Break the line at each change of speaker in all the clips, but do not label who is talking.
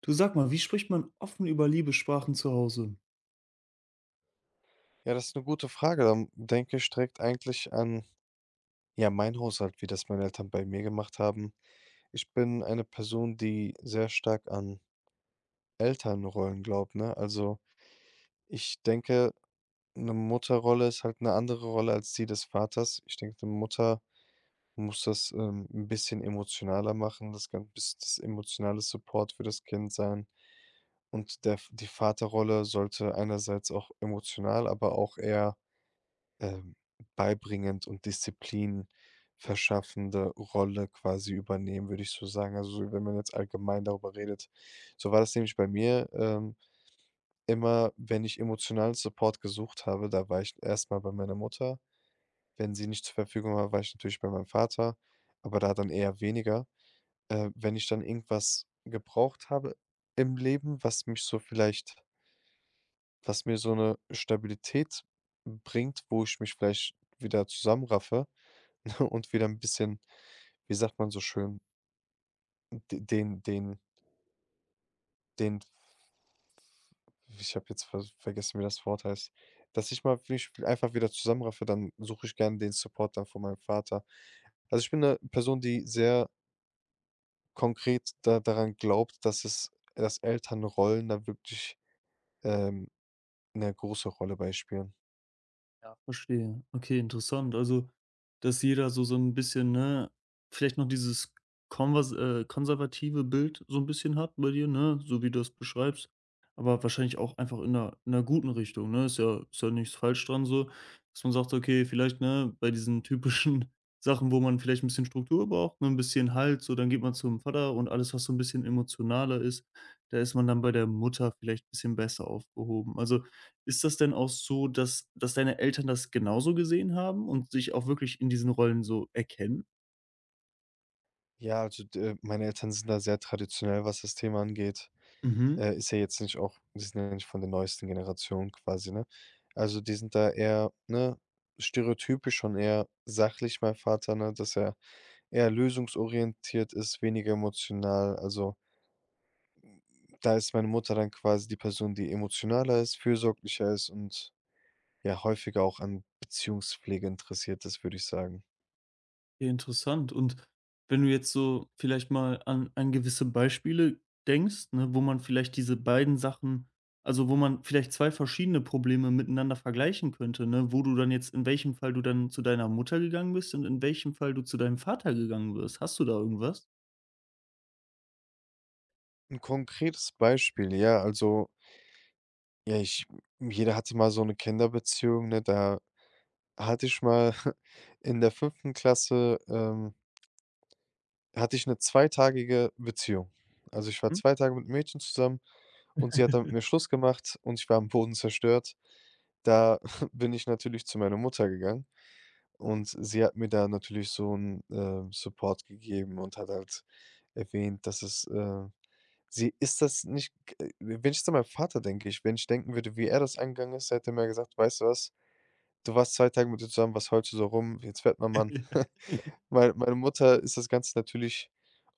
Du sag mal, wie spricht man offen über Liebessprachen zu Hause?
Ja, das ist eine gute Frage. Dann denke ich direkt eigentlich an, ja, meinen Haushalt, wie das meine Eltern bei mir gemacht haben. Ich bin eine Person, die sehr stark an Elternrollen glaubt, ne? Also, ich denke, eine Mutterrolle ist halt eine andere Rolle als die des Vaters. Ich denke, 'ne Mutter muss das, 'n bisschen emotionaler machen. Das kann ein bisschen das emotionale Support für das Kind sein. Und der die Vaterrolle sollte einerseits auch emotional, aber auch eher ähm, beibringend und Disziplin verschaffende Rolle quasi übernehmen, würde ich so sagen. Also, wenn man jetzt allgemein darüber redet. So war das nämlich bei mir, immer, wenn ich emotionalen Support gesucht habe, da war ich erst mal bei meiner Mutter. Wenn sie nicht zur Verfügung war, war ich natürlich bei meinem Vater, aber da dann eher weniger. Wenn ich dann irgendwas gebraucht habe im Leben, was mir so eine Stabilität bringt, wo ich mich vielleicht wieder zusammenraffe und wieder ein bisschen, wie sagt man so schön, d den den den ich habe jetzt vergessen, wie das Wort heißt. Dass ich mal mich einfach wieder zusammenraffe, dann suche ich gerne den Support dann von meinem Vater. Also, ich bin eine Person, die sehr konkret da daran glaubt, dass Elternrollen da wirklich, ähm, 'ne große Rolle bei spielen.
Ja, verstehe. Okay, interessant. Also, dass jeder so ein bisschen, ne, vielleicht noch dieses konvers konservative Bild so ein bisschen hat bei dir, ne, so wie du das beschreibst, aber wahrscheinlich auch einfach in einer in 'ner guten Richtung, ne? Ist ja nichts falsch dran so, dass man sagt: „Okay, vielleicht, ne, bei diesen typischen Sachen, wo man vielleicht ein bisschen Struktur braucht, ne, ein bisschen Halt, so dann geht man zum Vater und alles, was so ein bisschen emotionaler ist, da ist man dann bei der Mutter vielleicht ein bisschen besser aufgehoben.“ Also, ist das denn auch so, dass deine Eltern das genauso gesehen haben und sich auch wirklich in diesen Rollen so erkennen?
Ja, also, d meine Eltern sind da sehr traditionell, was das Thema angeht.
Mhm,
Ist ja jetzt nicht auch die sind ja nicht von der neuesten Generation quasi, ne? Also, die sind da eher, ne, stereotypisch schon eher sachlich, mein Vater, ne, dass er eher lösungsorientiert ist, weniger emotional. Also, da ist meine Mutter dann quasi die Person, die emotionaler ist, fürsorglicher ist und ja häufiger auch an Beziehungspflege interessiert ist, würde ich sagen.
ja, interessant. Und wenn du jetzt so vielleicht mal an gewisse Beispiele denkst, ne, wo man vielleicht diese beiden Sachen, also, wo man vielleicht 2 verschiedene Probleme miteinander vergleichen könnte, ne, wo du dann jetzt in welchem Fall du dann zu deiner Mutter gegangen bist und in welchem Fall du zu deinem Vater gegangen wirst. Hast du da irgendwas?
Ein konkretes Beispiel, ja, also, ja, ich jeder hatte mal so eine Kinderbeziehung, ne? Da hatte ich mal in der fünften Klasse, hatte ich eine zweitägige Beziehung. Also, ich war
Hm?
2 Tage mit 'nem Mädchen zusammen und sie hat dann mit mir Schluss gemacht und ich war am Boden zerstört. Da bin ich natürlich zu meiner Mutter gegangen und sie hat mir da natürlich so einen Support gegeben und hat halt erwähnt, sie ist das nicht g wenn ich jetzt an meinen Vater denke, ich wenn ich denken würde, wie er das angegangen ist, hätte er mir gesagt: „Weißt du was? Du warst 2 Tage mit ihr zusammen, was heulst du so rum? Jetzt werd mal Mann.“ Weil meine Mutter ist das Ganze natürlich,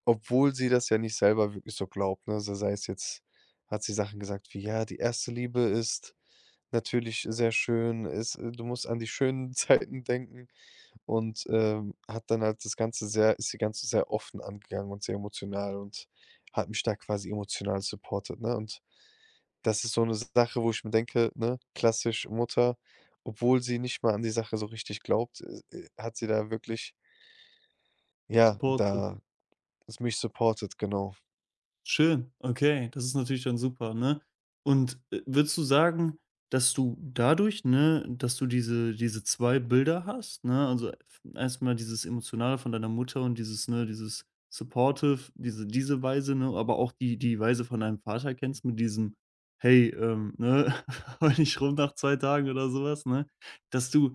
obwohl sie das ja nicht selber wirklich so glaubt, ne, se sei es jetzt hat sie Sachen gesagt wie: „Ja, die erste Liebe ist natürlich sehr schön, es du musst an die schönen Zeiten denken.“ Und, hat dann halt das Ganze sehr ist die Ganze sehr offen angegangen und sehr emotional und hat mich da quasi emotional supportet, ne? Und das ist so eine Sache, wo ich mir denke, ne, klassisch Mutter, obwohl sie nicht mal an die Sache so richtig glaubt, hat sie da wirklich, ja,
Support.
da ist mich supportet, genau.
Schön, okay, das ist natürlich dann super, ne? Und, würdest du sagen, dass du dadurch, ne, dass du diese 2 Bilder hast, ne, also erstmal dieses Emotionale von deiner Mutter und dieses, ne, dieses supportive, diese Weise, ne, aber auch die Weise von deinem Vater kennst mit diesem: „Hey, ne, heul nicht rum nach 2 Tagen“ oder sowas, ne? Dass du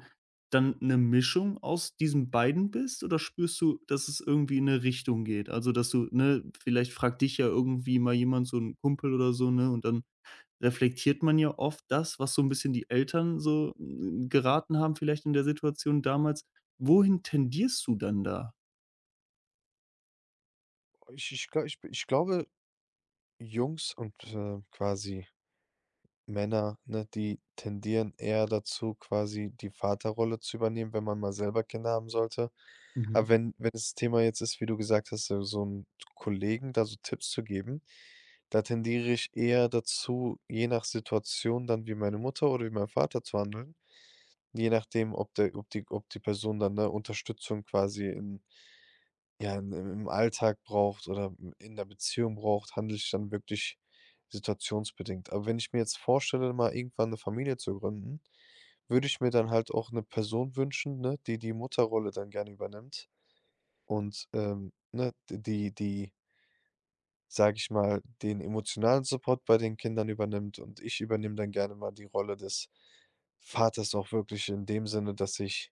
dann 'ne Mischung aus diesen beiden bist oder spürst du, dass es irgendwie in 'ne Richtung geht? Also, dass du, ne, vielleicht fragt dich ja irgendwie mal jemand, so 'n Kumpel oder so, ne, und dann reflektiert man ja oft das, was so 'n bisschen die Eltern so, geraten haben vielleicht in der Situation damals. Wohin tendierst du dann da?
Ich glaube, Jungs und, quasi Männer, ne, die tendieren eher dazu, quasi die Vaterrolle zu übernehmen, wenn man mal selber Kinder haben sollte. Aber
Mhm.
wenn das Thema jetzt ist, wie du gesagt hast, so 'n Kollegen da so Tipps zu geben, da tendiere ich eher dazu, je nach Situation dann wie meine Mutter oder wie mein Vater zu handeln, je nachdem, ob die Person dann, ne, Unterstützung quasi in ja, im Alltag braucht oder in der Beziehung braucht, handle ich dann wirklich situationsbedingt. Aber wenn ich mir jetzt vorstelle, mal irgendwann eine Familie zu gründen, würde ich mir dann halt auch eine Person wünschen, ne, die die Mutterrolle dann gerne übernimmt und, ne, die die, sage ich mal, den emotionalen Support bei den Kindern übernimmt und ich übernehme dann gerne mal die Rolle des Vaters auch wirklich in dem Sinne, dass ich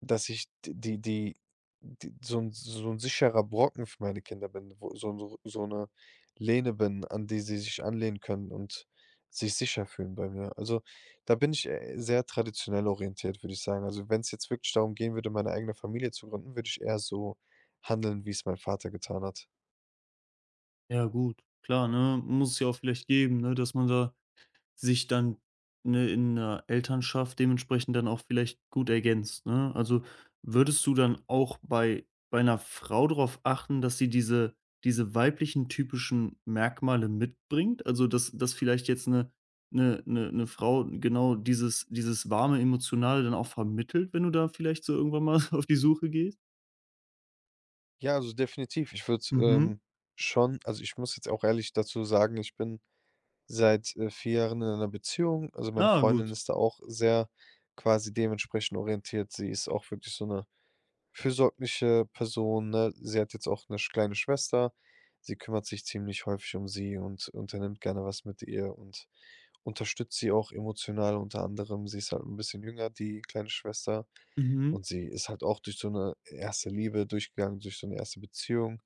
dass ich d die die d so ein sicherer Brocken für meine Kinder bin, wo so eine Lehne bin, an die sie sich anlehnen können und sich sicher fühlen bei mir. Also, da bin ich, sehr traditionell orientiert, würde ich sagen. Also, wenn es jetzt wirklich darum gehen würde, meine eigene Familie zu gründen, würde ich eher so handeln, wie es mein Vater getan hat.
Ja gut, klar, ne, muss es ja auch vielleicht geben, ne, dass man da sich dann, ne, in der Elternschaft dementsprechend dann auch vielleicht gut ergänzt, ne? Also, würdest du dann auch bei einer Frau darauf achten, dass sie diese weiblichen typischen Merkmale mitbringt? Also, dass vielleicht jetzt eine 'ne Frau genau dieses warme, emotionale dann auch vermittelt, wenn du da vielleicht so irgendwann mal auf die Suche gehst?
Ja, also definitiv. Ich würde,
Mhm.
schon also, ich muss jetzt auch ehrlich dazu sagen, ich bin seit, 4 Jahren in einer Beziehung. Also, meine
Ah,
Freundin
gut.
ist da auch sehr quasi dementsprechend orientiert. Sie ist auch wirklich so eine fürsorgliche Person, ne? Sie hat jetzt auch eine sch kleine Schwester. Sie kümmert sich ziemlich häufig um sie und unternimmt gerne was mit ihr und unterstützt sie auch emotional unter anderem. Sie ist halt ein bisschen jünger, die kleine Schwester,
Mhm.
und sie ist halt auch durch so eine erste Liebe durchgegangen, durch so eine erste Beziehung.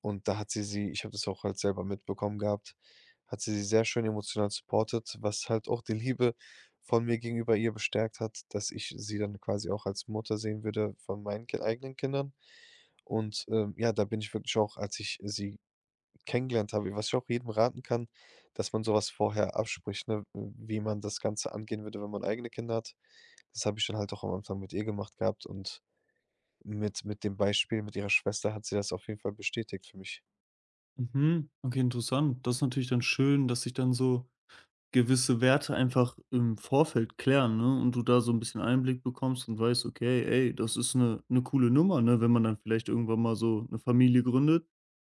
Und da hat sie sie ich habe das auch halt selber mitbekommen gehabt, hat sie sie sehr schön emotional supportet, was halt auch die Liebe von mir gegenüber ihr bestärkt hat, dass ich sie dann quasi auch als Mutter sehen würde von meinen Ki eigenen Kindern. Und, ja, da bin ich wirklich auch, als ich sie kennengelernt habe, was ich auch jedem raten kann, dass man sowas vorher abspricht, ne, wie man das Ganze angehen würde, wenn man eigene Kinder hat. Das habe ich dann halt auch am Anfang mit ihr gemacht gehabt und mit dem Beispiel mit ihrer Schwester hat sie das auf jeden Fall bestätigt für mich.
Mhm. Okay, interessant. Das ist natürlich dann schön, dass sich dann so gewisse Werte einfach im Vorfeld klären, ne? Und du da so ein bisschen Einblick bekommst und weißt: „Okay, ey, das ist eine coole Nummer“, ne? Wenn man dann vielleicht irgendwann mal so eine Familie gründet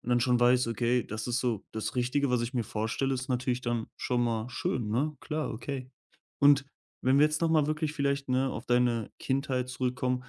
und dann schon weiß: „Okay, das ist so das Richtige, was ich mir vorstelle“, ist natürlich dann schon mal schön, ne? Klar, okay. Und wenn wir jetzt noch mal wirklich vielleicht, ne, auf deine Kindheit zurückkommen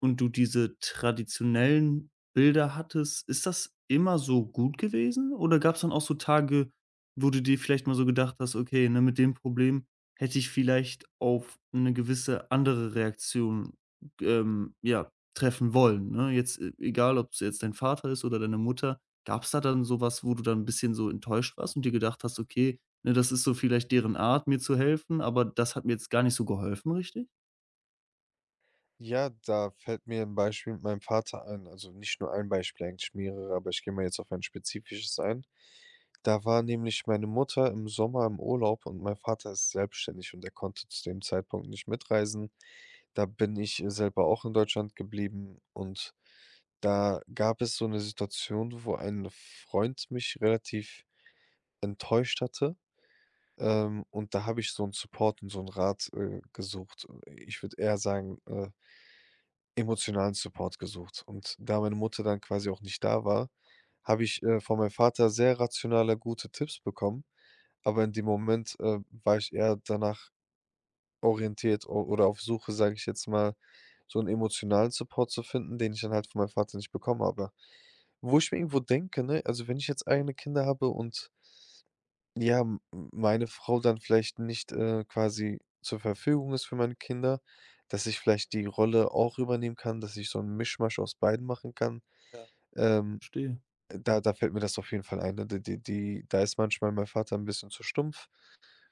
und du diese traditionellen Bilder hattest, ist das immer so gut gewesen oder gab es dann auch so Tage, wo du dir vielleicht mal so gedacht hast: „Okay, ne, mit dem Problem hätte ich vielleicht auf eine gewisse andere Reaktion, ja, treffen wollen“, ne? Jetzt e egal, ob es jetzt dein Vater ist oder deine Mutter. Gab es da dann sowas, wo du dann ein bisschen so enttäuscht warst und dir gedacht hast: „Okay, ne, das ist so vielleicht deren Art, mir zu helfen, aber das hat mir jetzt gar nicht so geholfen“, richtig?
Ja, da fällt mir ein Beispiel mit meinem Vater ein. Also, nicht nur ein Beispiel, eigentlich mehrere, aber ich gehe mal jetzt auf ein spezifisches ein. Da war nämlich meine Mutter im Sommer im Urlaub und mein Vater ist selbstständig und er konnte zu dem Zeitpunkt nicht mitreisen. Da bin ich selber auch in Deutschland geblieben und da gab es so eine Situation, wo ein Freund mich relativ enttäuscht hatte, und da habe ich so einen Support und so einen Rat, gesucht. Ich würde eher sagen, emotionalen Support gesucht. Und da meine Mutter dann quasi auch nicht da war, habe ich, von meinem Vater sehr rationale, gute Tipps bekommen, aber in dem Moment, war ich eher danach orientiert o oder auf Suche, sage ich jetzt mal, so einen emotionalen Support zu finden, den ich dann halt von meinem Vater nicht bekommen habe. Wo ich mir irgendwo denke, ne, also wenn ich jetzt eigene Kinder habe und ja, m meine Frau dann vielleicht nicht, quasi zur Verfügung ist für meine Kinder, dass ich vielleicht die Rolle auch übernehmen kann, dass ich so 'n Mischmasch aus beiden machen kann.
Ja,
Ähm,
verstehe.
da fällt mir das auf jeden Fall ein, ne? D die die Da ist manchmal mein Vater ein bisschen zu stumpf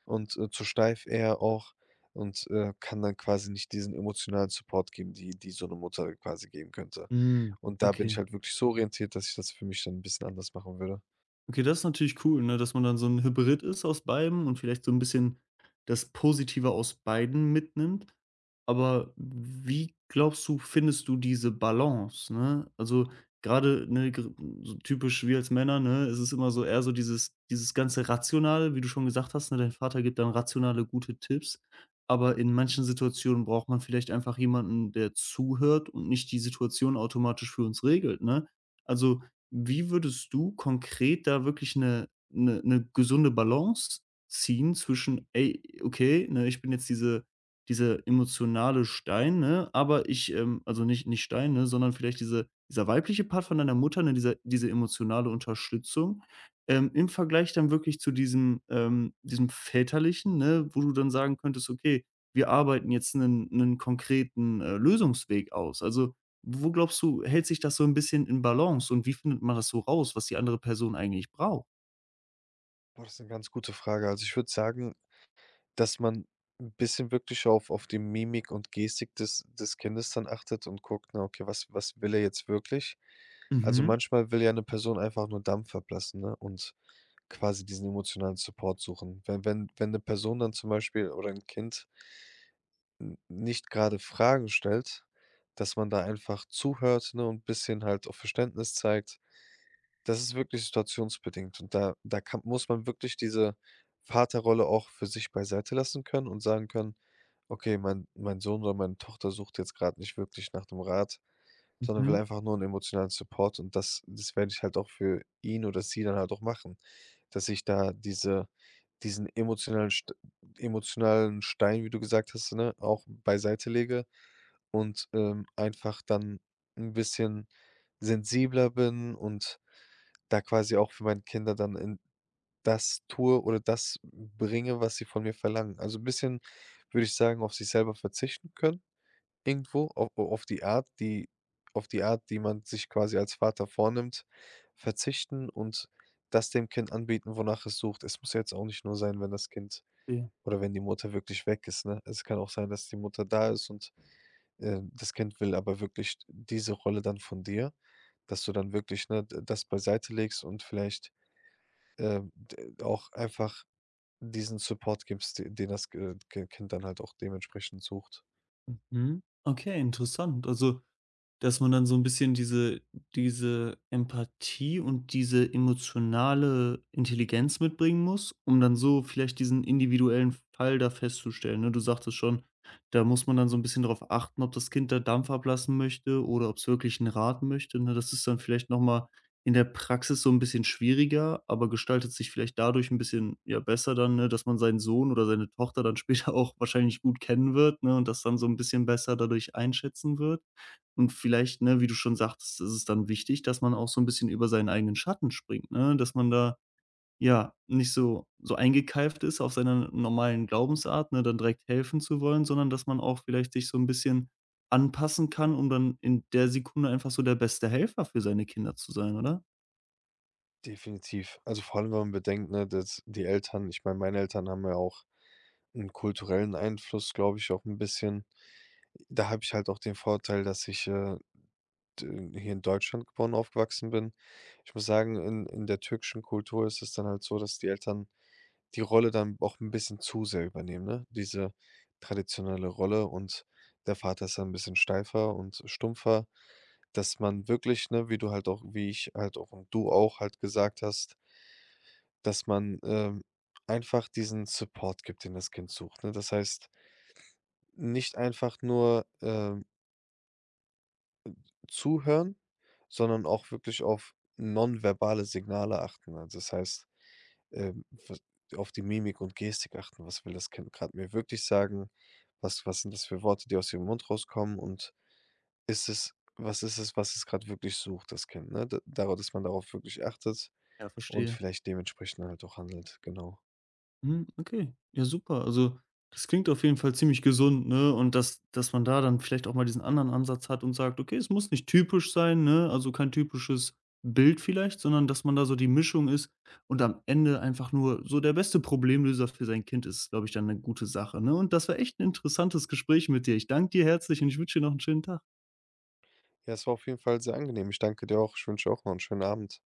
und, zu steif eher auch und, kann dann quasi nicht diesen emotionalen Support geben, die die so eine Mutter quasi geben könnte.
Mhm.
Und da bin ich
Okay.
halt wirklich so orientiert, dass ich das für mich dann ein bisschen anders machen würde.
Okay, das ist natürlich cool, ne, dass man dann so ein Hybrid ist aus beidem und vielleicht so ein bisschen das Positive aus beiden mitnimmt. Aber wie glaubst du, findest du diese Balance, ne? Also, gerade, ne, gr so typisch wir als Männer, ne, es ist immer so eher so dieses ganze Rationale, wie du schon gesagt hast, ne, dein Vater gibt dann rationale, gute Tipps, aber in manchen Situationen braucht man vielleicht einfach jemanden, der zuhört und nicht die Situation automatisch für uns regelt, ne? Also, wie würdest du konkret da wirklich eine 'ne gesunde Balance ziehen zwischen: „Ey, okay, ne, ich bin jetzt diese emotionale Stein, ne, aber ich, ähm“, also nicht Stein, ne, sondern vielleicht dieser weibliche Part von deiner Mutter, ne, diese emotionale Unterstützung, im Vergleich dann wirklich zu diesem, diesem väterlichen, ne, wo du dann sagen könntest: „Okay, wir arbeiten jetzt einen konkreten, Lösungsweg aus.“ Also, wo glaubst du, hält sich das so ein bisschen in Balance und wie findet man das so raus, was die andere Person eigentlich braucht?
Boah, das ist eine ganz gute Frage. Also, ich würde sagen, dass man ein bisschen wirklich auf die Mimik und Gestik des Kindes dann achtet und guckt, na okay, was will er jetzt wirklich? Also,
Mhm,
manchmal will ja eine Person einfach nur Dampf ablassen, ne, und quasi diesen emotionalen Support suchen. Wenn eine Person dann zum Beispiel oder ein Kind n nicht gerade Fragen stellt, dass man da einfach zuhört, ne, und ein bisschen halt auch Verständnis zeigt. Das ist wirklich situationsbedingt und da kann muss man wirklich diese Vaterrolle auch für sich beiseite lassen können und sagen können: „Okay, mein Sohn oder meine Tochter sucht jetzt gerade nicht wirklich nach dem Rat.“ Sondern will
mhm,
einfach nur einen emotionalen Support und das werde ich halt auch für ihn oder sie dann halt auch machen, dass ich da diesen emotionalen Stein, wie du gesagt hast, ne, auch beiseite lege und, einfach dann ein bisschen sensibler bin und da quasi auch für meine Kinder dann in das tue oder das bringe, was sie von mir verlangen. Also, ein bisschen, würde ich sagen, auf sich selber verzichten können irgendwo au auf die Art, die man sich quasi als Vater vornimmt, verzichten und das dem Kind anbieten, wonach es sucht. Es muss ja jetzt auch nicht nur sein, wenn das Kind
verstehe.
oder wenn die Mutter wirklich weg ist, ne? Es kann auch sein, dass die Mutter da ist und, das Kind will aber wirklich diese Rolle dann von dir, dass du dann wirklich, ne, d das beiseite legst und vielleicht, d auch einfach diesen Support gibst, de den das Ge Ge Kind dann halt auch dementsprechend sucht.
Mhm. Okay, interessant. Also, dass man dann so ein bisschen diese Empathie und diese emotionale Intelligenz mitbringen muss, um dann so vielleicht diesen individuellen Fall da festzustellen, ne? Du sagtest schon, da muss man dann so ein bisschen darauf achten, ob das Kind da Dampf ablassen möchte oder ob es wirklich einen Rat möchte, ne? Das ist dann vielleicht noch mal in der Praxis so ein bisschen schwieriger, aber gestaltet sich vielleicht dadurch ein bisschen, ja, besser dann, ne, dass man seinen Sohn oder seine Tochter dann später auch wahrscheinlich gut kennen wird, ne, und das dann so ein bisschen besser dadurch einschätzen wird. Und vielleicht, ne, wie du schon sagtest, ist es dann wichtig, dass man auch so ein bisschen über seinen eigenen Schatten springt, ne? Dass man da, ja, nicht so eingekeift ist auf seiner normalen Glaubensart, ne, dann direkt helfen zu wollen, sondern dass man auch vielleicht sich so ein bisschen anpassen kann, um dann in der Sekunde einfach so der beste Helfer für seine Kinder zu sein, oder?
Definitiv. Also, vor allem, wenn man bedenkt, ne, dass die Eltern ich meine, meine Eltern haben ja auch einen kulturellen Einfluss, glaube ich, auch ein bisschen. Da habe ich halt auch den Vorteil, dass ich, d hier in Deutschland geboren und aufgewachsen bin. Ich muss sagen, in der türkischen Kultur ist es dann halt so, dass die Eltern die Rolle dann auch ein bisschen zu sehr übernehmen, ne? Diese traditionelle Rolle und der Vater ist dann ein bisschen steifer und stumpfer, dass man wirklich, ne, wie du halt auch wie ich halt auch und du auch halt gesagt hast, dass man, einfach diesen Support gibt, den das Kind sucht, ne? Das heißt, nicht einfach nur, zuhören, sondern auch wirklich auf nonverbale Signale achten. Also, das heißt, was auf die Mimik und Gestik achten. Was will das Kind gerade mir wirklich sagen? Was sind das für Worte, die aus ihrem Mund rauskommen? Und ist es ist es, was es gerade wirklich sucht, das Kind, ne? D Darauf, dass man darauf wirklich achtet
Ja,
und
verstehe.
vielleicht dementsprechend halt auch handelt, genau.
Mhm, okay. Ja, super. Also, das klingt auf jeden Fall ziemlich gesund, ne? Und dass man da dann vielleicht auch mal diesen anderen Ansatz hat und sagt: „Okay, es muss nicht typisch sein“, ne? Also, kein typisches Bild vielleicht, sondern dass man da so die Mischung ist und am Ende einfach nur so der beste Problemlöser für sein Kind ist, glaube ich, dann eine gute Sache, ne? Und das war echt ein interessantes Gespräch mit dir. Ich danke dir herzlich und ich wünsche dir noch einen schönen Tag.
Ja, es war auf jeden Fall sehr angenehm. Ich danke dir auch. Ich wünsche auch noch einen schönen Abend.